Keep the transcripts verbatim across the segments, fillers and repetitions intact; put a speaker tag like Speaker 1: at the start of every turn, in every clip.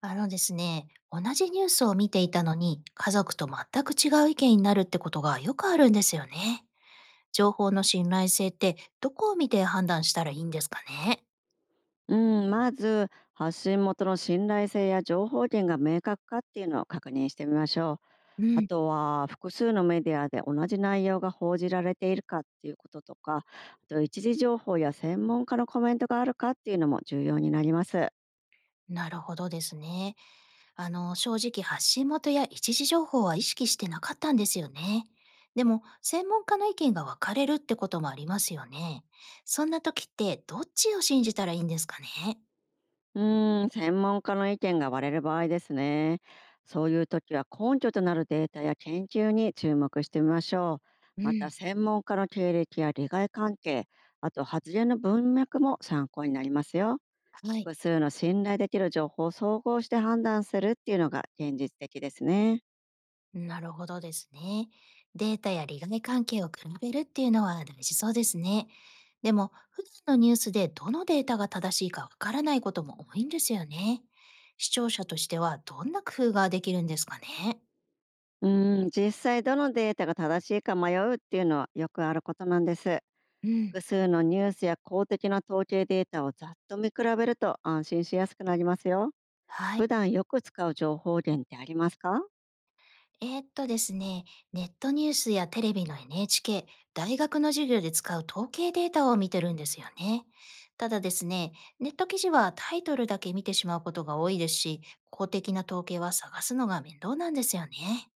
Speaker 1: あのですね、同じニュースを見ていたのに、家族と全く違う意見になるってことがよくあるんですよね。情報の信頼性って、どこを見て判断したらいいんですかね。
Speaker 2: うん、まず発信元の信頼性や情報源が明確かっていうのを確認してみましょう。
Speaker 1: う
Speaker 2: あ
Speaker 1: ん。
Speaker 2: とは複数のメディアで同じ内容が報じられているかっていうこととか、あと一時情報や専門家のコメントがあるかっていうのも重要になります。
Speaker 1: なるほどですね。あの、正直発信元や一時情報は意識してなかったんですよね。でも、専門家の意見が分かれるってこともありますよね。そんな時って、どっちを信じたらいいんですかね。
Speaker 2: うーん、専門家の意見が割れる場合ですね。そういう時は根拠となるデータや研究に注目してみましょう。
Speaker 1: う
Speaker 2: また
Speaker 1: ん。
Speaker 2: 専門家の経歴や利害関係、あと発言の文脈も参考になりますよ。
Speaker 1: はい。
Speaker 2: 複数の信頼できる情報を総合して判断するっていうのが現実的ですね。
Speaker 1: なるほどですね。データや利害関係を比べるっていうのは大事そうですね。でも、普段のニュースでどのデータが正しいかわからないことも多いんですよね。視聴者としてはどんな工夫ができるんですかね。
Speaker 2: うーん、実際どのデータが正しいか迷うっていうのはよくあることなんです。
Speaker 1: うん。
Speaker 2: 複数のニュースや公的な統計データをざっと見比べると安心しやすくなりますよ。
Speaker 1: は
Speaker 2: 普
Speaker 1: い。
Speaker 2: 段よく使う情報源ってありますか？
Speaker 1: えーっとですね、ネットニュースやテレビの エヌエイチケー、大学の授業で使う統計データを見てるんですよね。ただですね、ネット記事はタイトルだけ見てしまうことが多いですし、公的な統計は探すのが面倒なんですよね。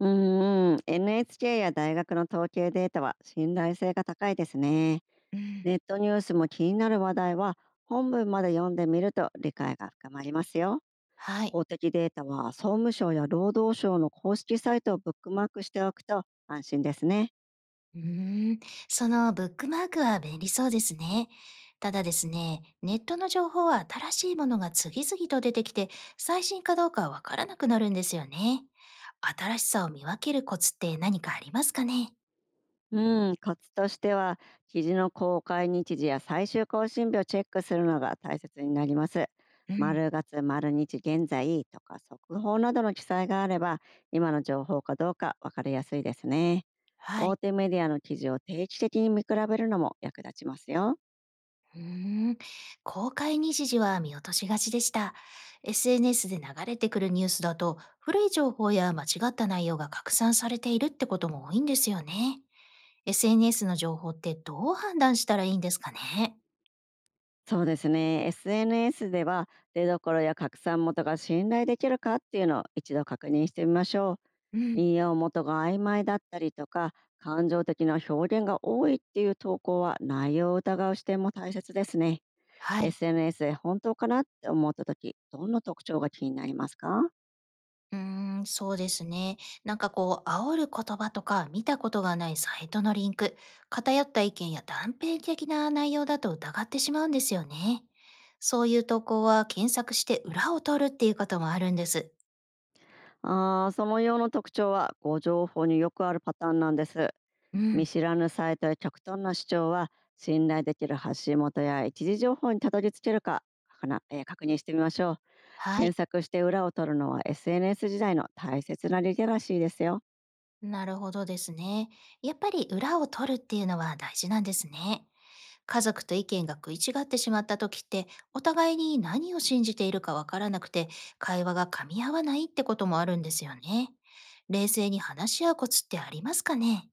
Speaker 2: うんん、エヌエイチケー や大学の統計データは信頼性が高いですね。
Speaker 1: うん、
Speaker 2: ネットニュースも気になる話題は本文まで読んでみると理解が深まりますよ。
Speaker 1: はい。
Speaker 2: 公的データは総務省や労働省の公式サイトをブックマークしておくと安心ですね。
Speaker 1: うーん、そのブックマークは便利そうですね。ただですね、ネットの情報は新しいものが次々と出てきて、最新かどうかわからなくなるんですよね。新しさを見分けるコツって何かありますかね。
Speaker 2: うん、コツとしては記事の公開日時や最終更新日をチェックするのが大切になります。
Speaker 1: うん。
Speaker 2: 丸月丸日現在とか速報などの記載があれば今の情報かどうか分かりやすいですね。
Speaker 1: はい。
Speaker 2: 大手メディアの記事を定期的に見比べるのも役立ちますよ。
Speaker 1: うーん。公開日時は見落としがちでした。エスエヌエス で流れてくるニュースだと、古い情報や間違った内容が拡散されているってことも多いんですよね。エスエヌエス の情報ってどう判断したらいいんですかね？
Speaker 2: そうですね。エスエヌエス では、出どころや拡散元が信頼できるかっていうのを一度確認してみましょ
Speaker 1: う
Speaker 2: う。
Speaker 1: ん。
Speaker 2: 引用元が曖昧だったりとか、感情的な表現が多いっていう投稿は内容を疑う視点も大切ですね。
Speaker 1: はい。
Speaker 2: エスエヌエス で本当かなって思った時、どんな特徴が気になりますか？
Speaker 1: うーん、そうですね。なんかこう、煽る言葉とか見たことがないサイトのリンク、偏った意見や断片的な内容だと疑ってしまうんですよね。そういう投稿は検索して裏を取るっていうこともあるんです。
Speaker 2: あー、その用の特徴はご情報によくあるパターンなんです。
Speaker 1: うん。
Speaker 2: 見知らぬサイトや極端な主張は、信頼できる発信元や一時情報にたどり着けるかかな、えー確認してみましょう。
Speaker 1: は
Speaker 2: 検
Speaker 1: い。
Speaker 2: 索して裏を取るのは エスエヌエス 時代の大切なリテラシーですよ。
Speaker 1: なるほどですね。やっぱり裏を取るっていうのは大事なんですね。家族と意見が食い違ってしまった時って、お互いに何を信じているかわからなくて、会話が噛み合わないってこともあるんですよね。冷静に話し合うコツってありますかね。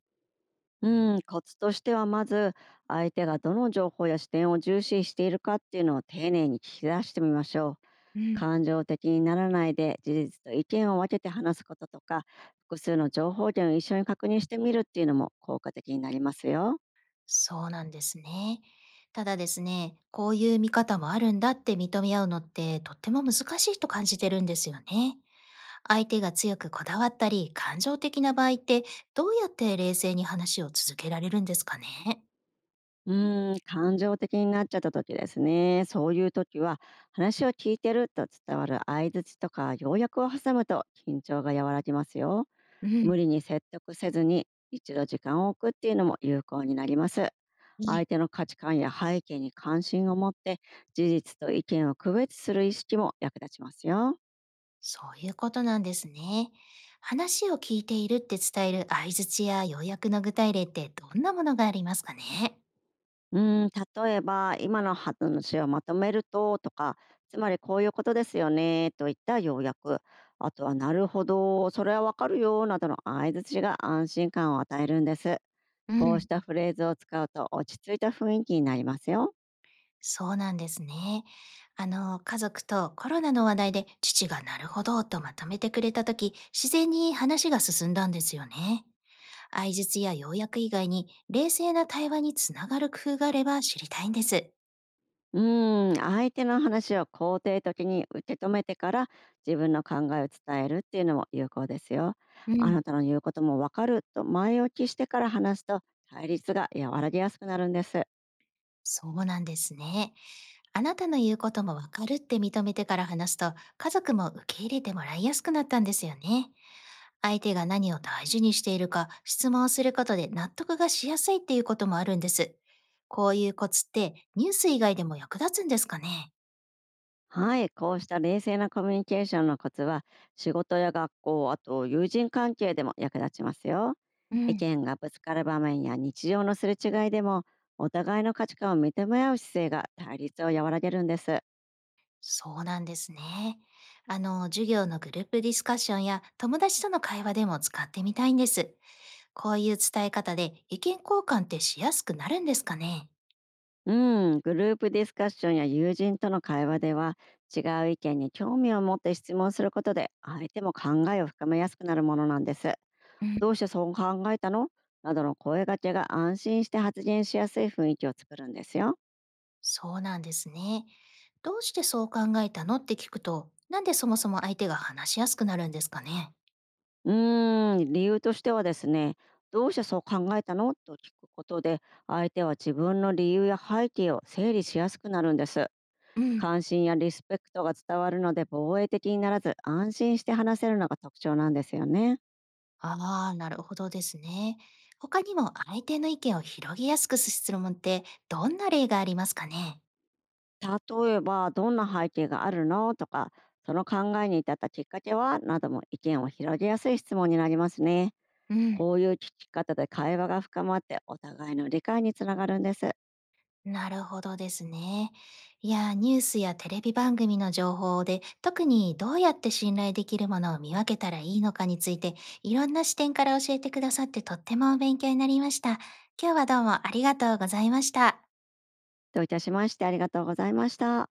Speaker 2: うん、コツとしては、まず相手がどの情報や視点を重視しているかっていうのを丁寧に聞き出してみましょう。
Speaker 1: うん、
Speaker 2: 感情的にならないで事実と意見を分けて話すこととか、複数の情報源を一緒に確認してみるっていうのも効果的になりますよ。
Speaker 1: そうなんですね。ただですね、こういう見方もあるんだって認め合うのってとっても難しいと感じてるんですよね。相手が強くこだわったり感情的な場合ってどうやって冷静に話を続けられるんですかね。
Speaker 2: うーん、感情的になっちゃった時ですね。そういう時は、話を聞いてると伝わる相槌とか要約を挟むと緊張が和らぎますよ。
Speaker 1: うん。
Speaker 2: 無理に説得せずに一度時間を置くっていうのも有効になります。
Speaker 1: はい。
Speaker 2: 相手の価値観や背景に関心を持って、事実と意見を区別する意識も役立ちますよ。
Speaker 1: そういうことなんですね。話を聞いているって伝える相槌や要約の具体例ってどんなものがありますかね。
Speaker 2: うん、例えば今の話をまとめるととか、つまりこういうことですよねといった要約、あとはなるほどそれはわかるよなどの相槌が安心感を与えるんです。
Speaker 1: う
Speaker 2: こうし
Speaker 1: ん。
Speaker 2: たフレーズを使うと落ち着いた雰囲気になりますよ。
Speaker 1: そうなんですね。あの、家族とコロナの話題で父がなるほどとまとめてくれたとき、自然に話が進んだんですよね。相槌や要約以外に冷静な対話につながる工夫があれば知りたいんです。
Speaker 2: うーん、相手の話を肯定的に受け止めてから自分の考えを伝えるっていうのも有効ですよ。
Speaker 1: う
Speaker 2: あ
Speaker 1: ん。
Speaker 2: なたの言うこともわかると前置きしてから話すと、対立が和らぎやすくなるんです。
Speaker 1: そうなんですね。あなたの言うこともわかるって認めてから話すと、家族も受け入れてもらいやすくなったんですよね。相手が何を大事にしているか質問することで納得がしやすいっていうこともあるんです。こういうコツってニュース以外でも役立つんですかね。
Speaker 2: はい、こうした冷静なコミュニケーションのコツは、仕事や学校、あと友人関係でも役立ちますよ。
Speaker 1: う
Speaker 2: 意
Speaker 1: ん、
Speaker 2: 見がぶつかる場面や日常のすれ違いでも、お互いの価値観を認め合う姿勢が対立を和らげるんです。
Speaker 1: そうなんですね。あの、授業のグループディスカッションや友達との会話でも使ってみたいんです。こういう伝え方で意見交換ってしやすくなるんですかね。
Speaker 2: うん、グループディスカッションや友人との会話では、違う意見に興味を持って質問することで相手も考えを深めやすくなるものなんです。
Speaker 1: うん。
Speaker 2: どうしてそう考えたのなどの声掛けが、安心して発言しやすい雰囲気を作るんですよ。
Speaker 1: そうなんですね。どうしてそう考えたのって聞くと、なんでそもそも相手が話しやすくなるんですかね。
Speaker 2: うーん、理由としてはですね、どうしてそう考えたのと聞くことで、相手は自分の理由や背景を整理しやすくなるんです。
Speaker 1: うん、
Speaker 2: 関心やリスペクトが伝わるので、防衛的にならず安心して話せるのが特徴なんですよね。
Speaker 1: ああ、なるほどですね。他にも相手の意見を広げやすくする質問ってどんな例がありますかね。
Speaker 2: 例えば「どんな背景があるの？」とか「その考えに至ったきっかけは？」なども意見を広げやすい質問になりますね。
Speaker 1: うん。
Speaker 2: こういう聞き方で会話が深まって、お互いの理解につながるんです。
Speaker 1: なるほどですね。いや、ニュースやテレビ番組の情報で、特にどうやって信頼できるものを見分けたらいいのかについて、いろんな視点から教えてくださってとっても勉強になりました。今日はどうもありがとうございました。
Speaker 2: どういたしまして、ありがとうございました。